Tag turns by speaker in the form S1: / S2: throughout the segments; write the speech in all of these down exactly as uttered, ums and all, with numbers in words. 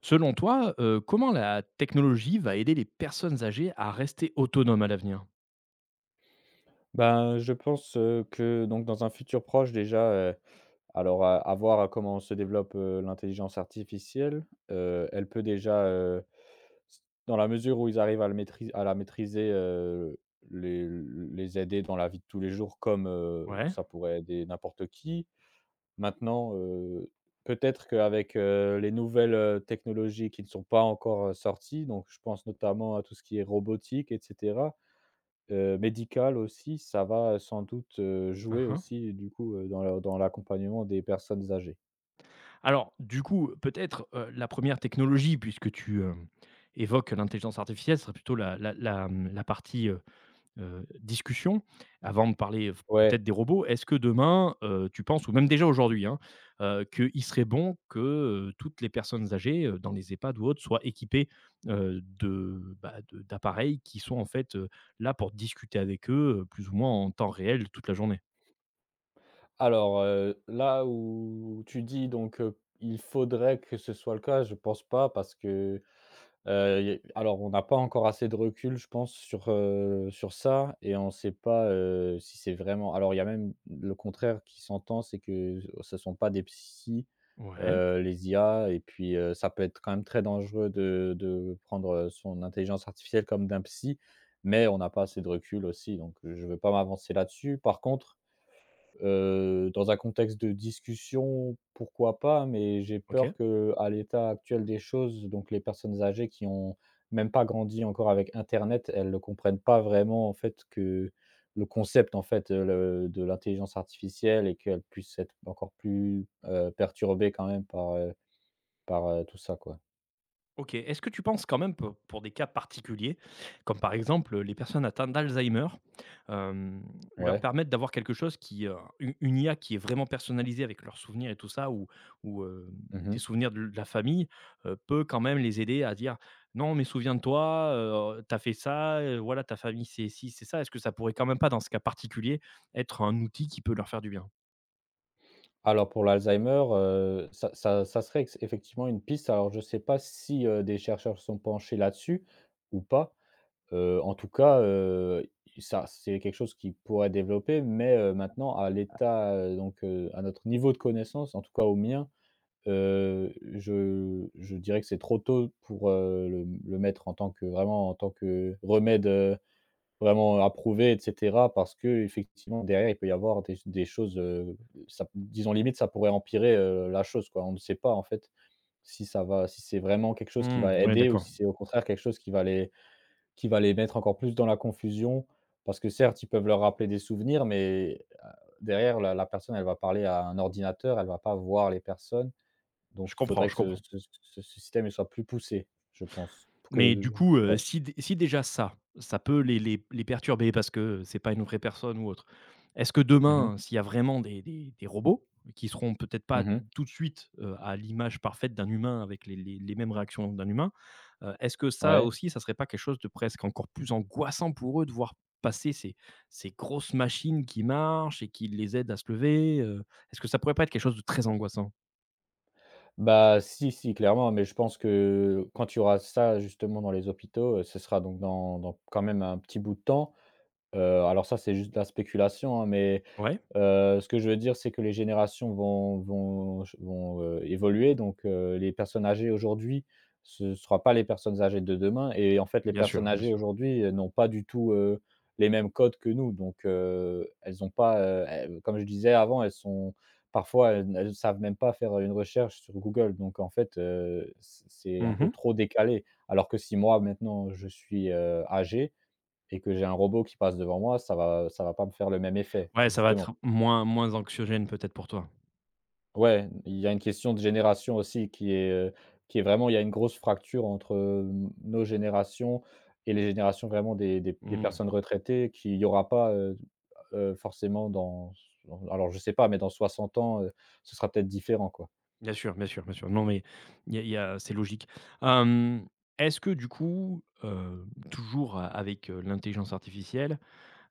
S1: Selon toi, heu, comment la technologie va aider les personnes âgées à rester autonomes à l'avenir?
S2: Ben, je pense, heu, que donc dans un futur proche déjà, heu, alors à à voir à comment se développe, heu, l'intelligence artificielle, heu, elle peut déjà, heu, s dans la mesure où ils arrivent à le maîtris à la maîtriser, heu, les les aider dans la vie de tous les jours comme, heu,
S1: Ouais.
S2: ça pourrait aider n'importe qui. Maintenant, heu, peut-être qu'avec, heu, les nouvelles, heu, technologies qui ne sont pas encore, heu, sorties, donc je pense notamment à tout ce qui est robotique et cetera. Heu, médical aussi, ça va sans doute, heu,
S1: Hein,
S2: jouer
S1: hein.
S2: aussi du coup, heu, dans le dans l'accompagnement des personnes âgées.
S1: Alors du coup, peut-être, heu, la première technologie puisque tu, hem, évoques l'intelligence artificielle, ce serait plutôt la la la, mmh, la partie, euh, heu, discussion, avant de parler f
S2: Ouais,
S1: peut-être des robots. Est-ce que demain, heu, tu penses ou même déjà aujourd'hui, hein, heu, qu'il serait bon que, heu, toutes les personnes âgées, heu, dans les EHPAD ou autres soient équipées, heu, de, bah, de d'appareils qui sont en fait, heu, là pour discuter avec eux, heu, plus ou moins en temps réel toute la journée?
S2: alors, heu, là où tu dis donc, heu, il faudrait que ce soit le cas, je pense pas parce que Heu, y alors on n'a pas encore assez de recul, je pense, sur, heu, sur ça et on ne sait pas, heu, si c'est vraiment alors il y a même le contraire qui s'entend, c'est que ce ne sont pas des psys,
S1: Ouais,
S2: heu, les I A et puis, heu, ça peut être quand même très dangereux de de prendre, son intelligence artificielle comme d'un psy, mais on n'a pas assez de recul aussi, donc euh, je ne veux pas m'avancer là-dessus. Par contre, Heu, dans un contexte de discussion, pourquoi pas, mais j'ai peur
S1: OK.
S2: que, à l'état actuel des choses, donc les personnes âgées qui ont même pas grandi encore avec internet, elles ne comprennent pas vraiment en fait que le concept en fait, heu, le de l'intelligence artificielle et qu'elles puissent être encore plus, heu, perturbées quand même par, heu, par, heu, tout ça quoi.
S1: OK. Est-ce que tu penses quand même pour pour des cas particuliers, comme par exemple, les personnes atteintes d'Alzheimer, hem, leur
S2: Ouais.
S1: permettre d'avoir quelque chose qui, heu, u une I A qui est vraiment personnalisée avec leurs souvenirs et tout ça ou ou, hem, des
S2: Mmh.
S1: souvenirs de de la famille, heu, peut quand même les aider à dire: «Non, mais souviens-toi, heu, tu fait ça, heu, voilà ta famille c'est ci, c'est ça». Est-ce que ça pourrait quand même pas dans ce cas particulier être un outil qui peut leur faire du bien?
S2: Alors pour l'Alzheimer, heu, ça ça ça serait ex effectivement une piste. Alors je ne sais pas si, heu, des chercheurs sont penchés là-dessus ou pas. Heu, en tout cas, heu, ça c'est quelque chose qui pourrait développer, mais heu, maintenant à l'état, heu, donc heu, à notre niveau de connaissance, en tout cas au mien, heu, je je dirais que c'est trop tôt pour, heu, le le mettre en tant que vraiment en tant que remède, heu, vraiment approuvé et cetera. Parce que effectivement derrière il peut y avoir des des choses, heu, ça disons limite ça pourrait empirer, heu, la chose quoi. On ne sait pas en fait si ça va si c'est vraiment quelque chose qui va
S1: Oui,
S2: aider ou
S1: d'accord.
S2: si c'est au contraire quelque chose qui va les qui va les mettre encore plus dans la confusion, parce que certes, ils peuvent leur rappeler des souvenirs, mais heu, derrière la la personne, elle va parler à un ordinateur, elle va pas voir les personnes,
S1: Je
S2: donc il
S1: comprends,
S2: faudrait que
S1: je
S2: ce
S1: comprends.
S2: ce ce ce système, il soit plus poussé, je pense. Pour
S1: Mais
S2: que.
S1: du coup, heu,
S2: Ouais.
S1: si dé si déjà ça, ça peut les les les perturber parce que c'est pas une vraie personne ou autre. Est-ce que
S2: Mmh mh.
S1: demain, s'il y a vraiment des des des robots qui seront peut-être pas
S2: Mmh.
S1: tout de suite, heu, à l'image parfaite d'un humain avec les les les mêmes réactions d'un humain, heu, est-ce que ça
S2: Ouais.
S1: aussi, ça serait pas quelque chose de presque encore plus angoissant pour eux de voir passer ces ces grosses machines qui marchent et qui les aident à se lever, heu? Est-ce que ça pourrait pas être quelque chose de très angoissant?
S2: Bah, si, si, clairement, mais je pense que quand il y aura ça, justement, dans les hôpitaux, heu, ce sera donc dans dans quand même un petit bout de temps. Heu, alors ça, c'est juste de la spéculation, hein, mais
S1: Ouais,
S2: Heu, ce que je veux dire, c'est que les générations vont vont vont, heu, évoluer donc heu, les personnes âgées aujourd'hui, ce ne sera pas les personnes âgées de demain et en fait, les
S1: bien
S2: personnes
S1: sûr, bien
S2: âgées
S1: sûr.
S2: aujourd'hui, heu, n'ont pas du tout, heu, les mêmes codes que nous donc heu, elles n'ont pas, heu, elles comme je disais avant, elles sont parfois, elles elles savent même pas faire, une recherche sur Google donc en fait, heu, c c'est un peu
S1: Mmh.
S2: trop décalé. Alors que si moi, maintenant, je suis, heu, âgé et que j'ai un robot qui passe devant moi, ça va ça va pas me faire le même effet,
S1: Ouais, ça va
S2: justement.
S1: être moins moins anxiogène peut-être pour toi.
S2: Ouais, il y a une question de génération aussi qui est, heu, qui est vraiment il y a une grosse fracture entre, hem, nos générations et les générations vraiment des des des
S1: Mmh.
S2: personnes retraitées qu'il y aura pas, heu heu, forcément dans alors je sais pas, mais dans soixante ans, heu, ce sera peut-être différent, quoi.
S1: Bien sûr, bien sûr, bien sûr. Non, mais il y a il y a c'est logique. Hem, est-ce que du coup, heu, toujours a avec, heu, l'intelligence artificielle,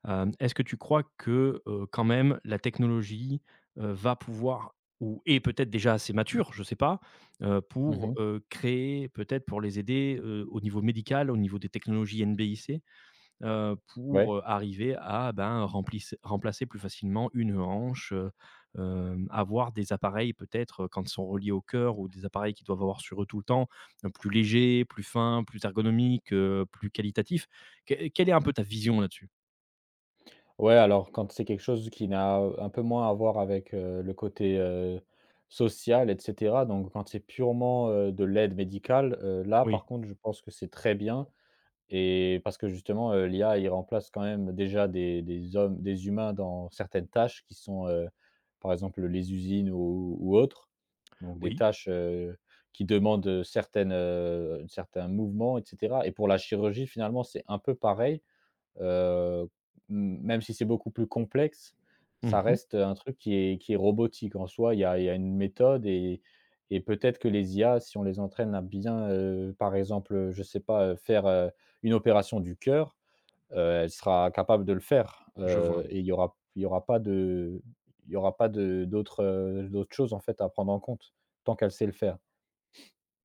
S1: hem, est-ce que tu crois que, heu, quand même la technologie, heu, va pouvoir ou est peut-être déjà assez mature, je ne sais pas, heu, pour,
S2: Mmh.
S1: heu, créer peut-être pour les aider, heu, au niveau médical, au niveau des technologies N B I C? Heu,
S2: Ouais.
S1: pour, heu, arriver à, ben, remplice remplacer plus facilement une hanche, heu, hem, avoir des appareils peut-être, heu, quand ils sont reliés au cœur ou des appareils qui doivent avoir sur eux tout le temps, heu, plus légers, plus fins, plus ergonomiques, heu, plus qualitatifs. Que quelle est un peu ta vision là-dessus?
S2: Ouais, alors quand c'est quelque chose qui n'a, un peu moins à voir avec, heu, le côté, heu, social et cetera, donc quand c'est purement, heu, de l'aide médicale, heu, là, par
S1: Oui,
S2: contre, je pense que c'est très bien. Et parce que justement, heu, l'I A, il remplace quand même déjà des des hommes des humains dans certaines tâches qui sont, heu, par exemple, les usines ou ou autres. Donc des
S1: oui.
S2: tâches, heu, qui demandent, certaines, heu, certains mouvements et cetera et pour la chirurgie, finalement, c'est un peu pareil. Heu, m Même si c'est beaucoup plus complexe, ça
S1: Mmh.
S2: reste un truc qui est qui est robotique. En soi, il y a il y a une méthode et et peut-être que les I A, si on les entraîne à bien, heu, par exemple, je sais pas, heu, faire, heu, une opération du cœur, heu, elle sera capable de le faire,
S1: Je
S2: heu
S1: vois.
S2: et il y aura il y aura pas de il y aura pas de d'autres, heu, d'autres choses, en fait, à prendre en compte, tant qu'elle sait le faire.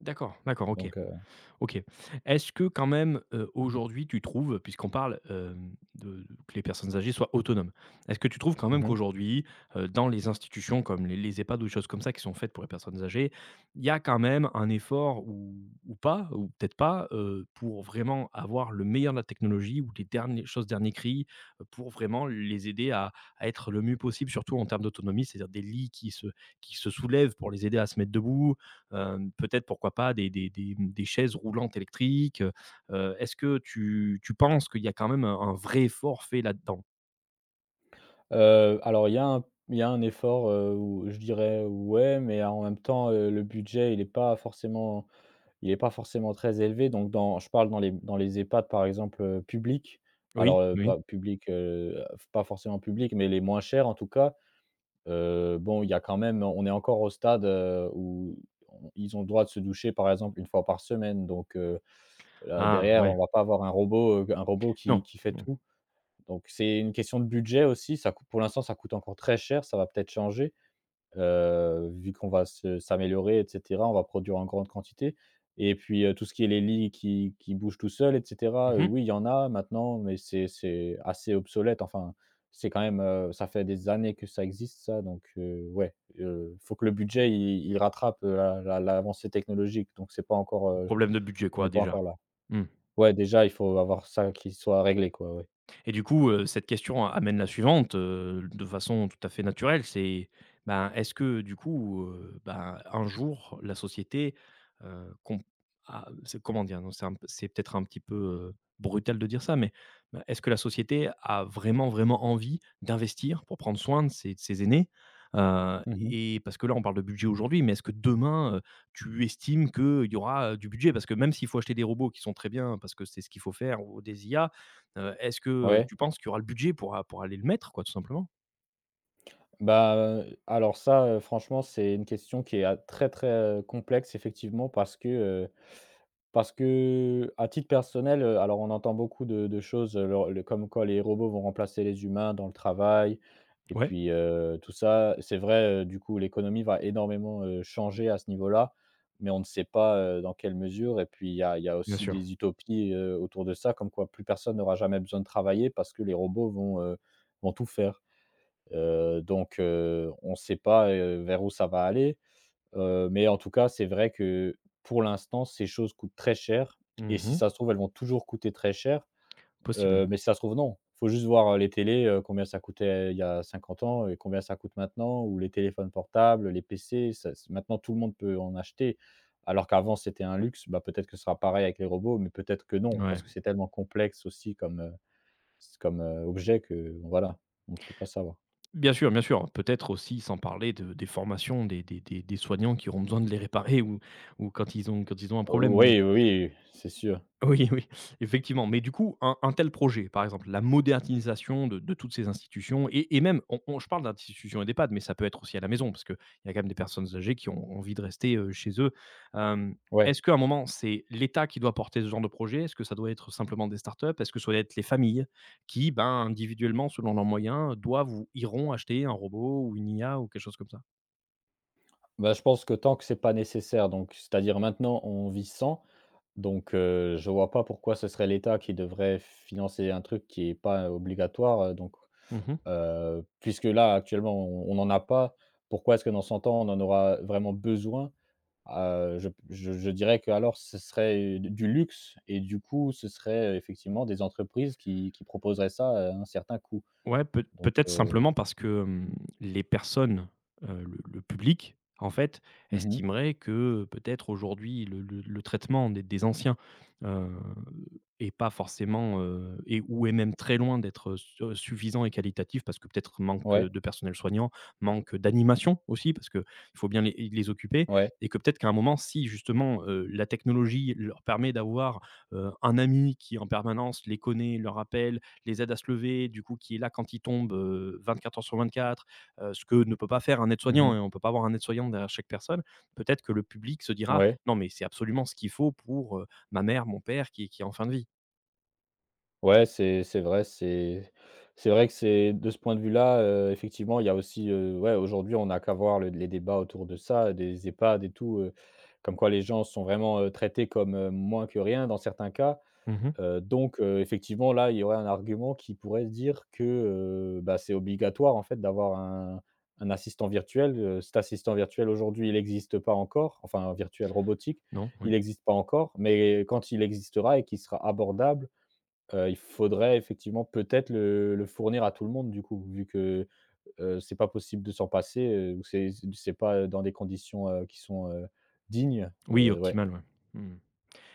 S1: D'accord, d'accord, OK.
S2: Donc, heu,
S1: OK. Est-ce que quand même, heu, aujourd'hui tu trouves, puisqu'on parle, hem, de que les personnes âgées soient autonomes, est-ce que tu trouves quand même
S2: mmh
S1: qu'aujourd'hui, heu, dans les institutions comme les les EHPAD ou des choses comme ça qui sont faites pour les personnes âgées, il y a quand même un effort ou ou pas, ou peut-être pas, heu, pour vraiment avoir le meilleur de la technologie ou les dernières choses dernier cri, heu, pour vraiment les aider à à être le mieux possible, surtout en termes d'autonomie, c'est-à-dire des lits qui se qui se soulèvent pour les aider à se mettre debout. Hem, peut-être pourquoi pas des des des, mmh, des chaises roulantes électriques, heu, est-ce que tu tu penses qu'il y a quand même un un vrai effort fait là-dedans?
S2: Heu, alors il y a un il y a un effort, heu, où je dirais ouais, mais en même temps, heu, le budget, il n'est pas forcément il est pas forcément très élevé. Donc dans je parle dans les dans les EHPAD, par exemple, heu, publics. Alors,
S1: Oui,
S2: heu,
S1: oui.
S2: pas public, heu, pas forcément public, mais les moins chers en tout cas. Heu, bon, il y a quand même on est encore au stade, heu, où on ils ont le droit de se doucher, par exemple, une fois par semaine. Donc, heu, heu,
S1: Ah
S2: derrière,
S1: ouais,
S2: on va pas avoir un robot, heu, un robot qui
S1: non,
S2: qui fait
S1: non.
S2: tout. Donc c'est une question de budget aussi, ça coûte pour l'instant, ça coûte encore très cher, ça va peut-être changer, heu, vu qu'on va se s'améliorer et cetera, on va produire en grande quantité et puis, heu, tout ce qui est les lits qui qui bougent tout seuls et cetera, heu,
S1: Mmh.
S2: oui, il y en a maintenant, mais c'est c'est assez obsolète, enfin, c'est quand même, heu, ça fait des années que ça existe ça donc, heu, ouais, heu, faut que le budget il il rattrape, heu, la la l'avancée technologique donc c'est pas encore, heu,
S1: Problème de budget
S2: on
S1: quoi
S2: n'est pas encore
S1: déjà.
S2: là.
S1: Mmh.
S2: Ouais, déjà il faut avoir ça qui soit réglé quoi, ouais.
S1: Et du coup, heu, cette question amène la suivante, heu, de façon tout à fait naturelle, c'est, ben, est-ce que du coup, heu, ben, un jour la société, heu, comp a c'est comment dire? Non, c'est un p c'est peut-être un petit peu, heu, brutal de dire ça, mais, ben, est-ce que la société a vraiment, vraiment envie d'investir pour prendre soin de ses de ses aînés? Heu,
S2: Mmh.
S1: et parce que là, on parle de budget aujourd'hui, mais est-ce que demain, heu, tu estimes qu'il y aura, heu, du budget? Parce que même s'il faut acheter des robots qui sont très bien parce que c'est ce qu'il faut faire ou des I A. Heu, est-ce que,
S2: Ouais.
S1: tu penses qu'il y aura le budget pour a pour aller le mettre quoi, tout simplement?
S2: Bah, heu, alors ça, heu, franchement, c'est une question qui est, heu, très, très, heu, complexe effectivement parce que, heu, parce que à titre personnel, heu, alors on entend beaucoup de de choses, heu, leur le comme quoi les robots vont remplacer les humains dans le travail et
S1: Ouais,
S2: puis, heu, tout ça. C'est vrai, heu, du coup, l'économie va énormément, heu, changer à ce niveau-là, mais on ne sait pas, heu, dans quelle mesure et puis il y a il y a
S1: bien
S2: aussi
S1: sûr.
S2: des utopies, heu, autour de ça, comme quoi plus personne n'aura jamais besoin de travailler parce que les robots vont, heu, vont tout faire. Heu, donc heu, on ne sait pas, heu, vers où ça va aller, heu, mais en tout cas, c'est vrai que pour l'instant, ces choses coûtent très cher et
S1: Mmh
S2: si
S1: mh.
S2: ça se trouve, elles vont toujours coûter très cher,
S1: Possible,
S2: heu,
S1: oui.
S2: mais si ça se trouve, non. Faut juste voir, heu, les télés, heu, combien ça coûtait euh, il y a cinquante ans et combien ça coûte maintenant ou les téléphones portables, les P C, ça c maintenant tout le monde peut en acheter. Alors qu'avant, c'était un luxe, bah, peut-être que ce sera pareil avec les robots, mais peut-être que non, parce
S1: Ouais.
S2: que c'est tellement complexe aussi comme, heu, comme, heu, objet que voilà, on ne peut pas savoir.
S1: Bien sûr, bien sûr. Peut-être aussi sans parler de des formations des des des des soignants qui auront besoin de les réparer ou ou quand ils ont quand ils ont un problème, mais
S2: Oui, oui, c'est sûr.
S1: oui, oui, effectivement. Mais du coup, un un tel projet, par exemple, la modernisation de de toutes ces institutions et et même on on je parle d'institutions et d'EHPAD, mais ça peut être aussi à la maison parce qu'il y a quand même des personnes âgées qui ont envie de rester, heu, chez eux. Hem,
S2: Ouais.
S1: est-ce qu'à un moment, c'est l'État qui doit porter ce genre de projet? Est-ce que ça doit être simplement des startups? Est-ce que ça doit être les familles qui, ben, individuellement, selon leurs moyens, doivent ou iront acheter un robot ou une I A ou quelque chose comme ça?
S2: Bah, je pense que tant que c'est pas nécessaire, donc c'est-à-dire maintenant on vit sans, donc heu, je vois pas pourquoi ce serait l'État qui devrait financer un truc qui est pas obligatoire, heu, donc
S1: Mmh.
S2: heu, puisque là actuellement on on en a pas, pourquoi est-ce que dans cent ans on en aura vraiment besoin? Heu, je p je je dirais qu'alors ce serait du luxe et du coup ce serait effectivement des entreprises qui qui proposeraient ça à un certain coût,
S1: Ouais, peut
S2: donc
S1: peut-être
S2: heu,
S1: simplement parce que, hem, les personnes, heu, le le public, en fait,
S2: mmh,
S1: estimerait que, peut-être, aujourd'hui, le le le traitement des des anciens, heu, est pas forcément, heu et ou est même très loin d'être, su heu, suffisant et qualitatif parce que, peut-être, manque,
S2: ouais,
S1: de personnel soignant, manque d'animation aussi parce qu'il faut bien les les occuper
S2: ouais,
S1: et que, peut-être, qu'à un moment, si, justement, heu, la technologie leur permet d'avoir, heu, un ami qui, en permanence, les connaît, leur appelle, les aide à se lever, du coup, qui est là quand il tombe, euh, quatre heures sur vingt-quatre, euh, ce que ne peut pas faire un
S2: mmh,
S1: aide-soignant, et on ne peut pas avoir un aide-soignant derrière chaque personne, peut-être que le public se dira,
S2: ouais.
S1: non, mais c'est absolument ce qu'il faut pour euh, ma mère, mon père qui, qui est en fin de vie.
S2: Ouais, c'est c'est vrai, c'est c'est vrai que c'est de ce point de vue-là, heu, effectivement, il y a aussi, heu, ouais, aujourd'hui, on n'a qu'à voir le les débats autour de ça, des EHPAD et tout, heu, comme quoi les gens sont vraiment, heu, traités comme, heu, moins que rien dans certains cas.
S1: Mhm.
S2: Heu, donc heu, effectivement, là, il y aurait un argument qui pourrait se dire que, heu, bah, c'est obligatoire, en fait, d'avoir un un assistant virtuel. Heu, cet assistant virtuel, aujourd'hui, il n'existe pas encore, enfin, un virtuel robotique,
S1: Non,
S2: il
S1: oui.
S2: n'existe pas encore, mais quand il existera et qu'il sera abordable, Heu, il faudrait effectivement peut-être le le fournir à tout le monde du coup, vu que, heu, c'est pas possible de s'en passer, heu, ou c'est c'est pas dans des conditions, heu, qui sont, heu, dignes,
S1: Oui,
S2: heu, ouais,
S1: optimal, ouais. Mhm.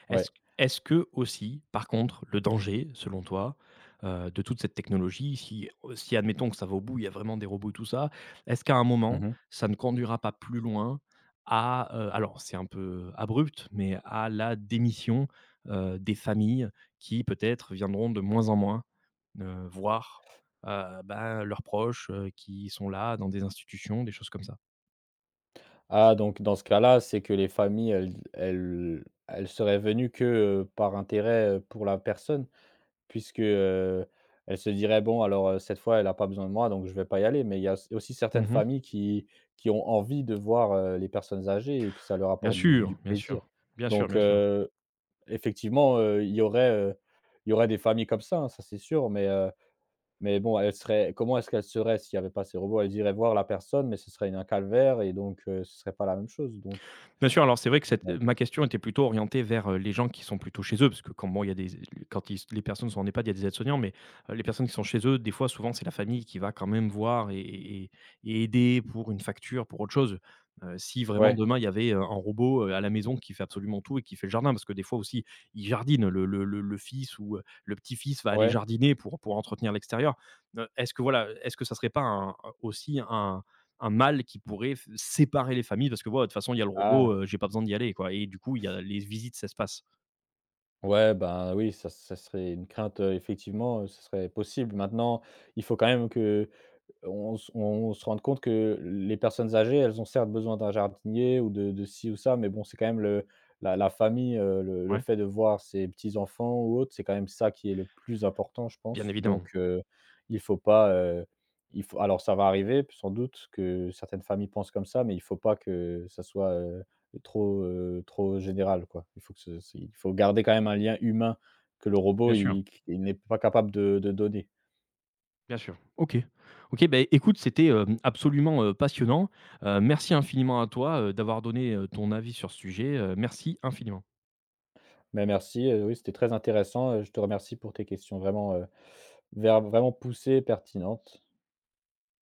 S2: ouais.
S1: Est-ce Est-ce que aussi, par contre, le danger, selon toi, heu, de toute cette technologie, si euh, si admettons que ça va au bout, il y a vraiment des robots et tout ça, est-ce qu'à un moment,
S2: Mmh.
S1: ça ne conduira pas plus loin à, heu, alors c'est un peu abrupt, mais à la démission, heu, des familles qui peut-être viendront de moins en moins, heu, voir, heu, ben, leurs proches, heu, qui sont là dans des institutions, des choses comme ça?
S2: Ah, donc dans ce cas-là, c'est que les familles elles elles elles seraient venues que, heu, par intérêt, heu, pour la personne? Puisque, heu, elle se dirait: «Bon alors, heu, cette fois elle a pas besoin de moi donc je vais pas y aller». Mais il y a s aussi certaines
S1: Mmh.
S2: familles qui qui ont envie de voir, heu, les personnes âgées et que ça leur
S1: Bien
S2: apporte du du
S1: sûr, bien
S2: plaisir.
S1: sûr, bien sûr,
S2: Donc
S1: bien sûr.
S2: heu, effectivement, heu, il y aurait, heu, il y aurait des familles comme ça, hein, ça c'est sûr. Mais heu, mais bon, elle serait comment est-ce qu'elle serait s'il y avait pas ces robots? Elle irait voir la personne, mais ce serait un calvaire et donc heu, ce serait pas la même chose donc
S1: Bien sûr, alors c'est vrai que cette
S2: ouais.
S1: ma question était plutôt orientée vers, heu, les gens qui sont plutôt chez eux, parce que quand bon, il y a des quand ils les personnes sont en EHPAD, il y a des aides-soignants, mais heu, les personnes qui sont chez eux, des fois, souvent, c'est la famille qui va quand même voir et et et aider pour une facture, pour autre chose. Heu, si vraiment
S2: Ouais,
S1: demain, il y avait, heu, un robot, heu, à la maison qui fait absolument tout et qui fait le jardin, parce que des fois aussi, ils jardinent, le le le le fils ou heu, le petit-fils va aller
S2: ouais.
S1: jardiner pour pour entretenir l'extérieur. Heu, est-ce que voilà, est-ce que ça serait pas un aussi un un mal qui pourrait f séparer les familles parce que, voilà, de toute façon, il y a le
S2: Ah!
S1: robot, heu, j'ai pas besoin d'y aller, quoi et du coup, il y a les visites, ça se passe.
S2: Ouais, ben, oui, ça ça serait une crainte, heu, effectivement, heu, ce serait possible. Maintenant, il faut quand même que, on se on se rende compte que les personnes âgées, elles ont certes besoin d'un jardinier ou de de ci ou ça, mais bon, c'est quand même le la la famille, heu, le le
S1: Ouais,
S2: fait de voir ses petits-enfants ou autres, c'est quand même ça qui est le plus important, je
S1: bien
S2: pense.
S1: évidemment.
S2: Donc heu, il faut pas, heu, il faut alors ça va arriver sans doute que certaines familles pensent comme ça, mais il faut pas que ça soit, heu, trop, heu, trop général, quoi. Il faut que ce c'est il faut garder quand même un lien humain que le robot,
S1: Bien sûr,
S2: il il n'est pas capable de de donner.
S1: bien sûr. OK. OK, ben écoute, c'était, hem, absolument, heu, passionnant. Heu, merci infiniment à toi, heu, d'avoir donné, heu, ton avis sur ce sujet, heu, merci infiniment.
S2: Ben, merci, heu, oui, c'était très intéressant, heu, je te remercie pour tes questions vraiment, heu, ver vraiment poussées, et pertinentes.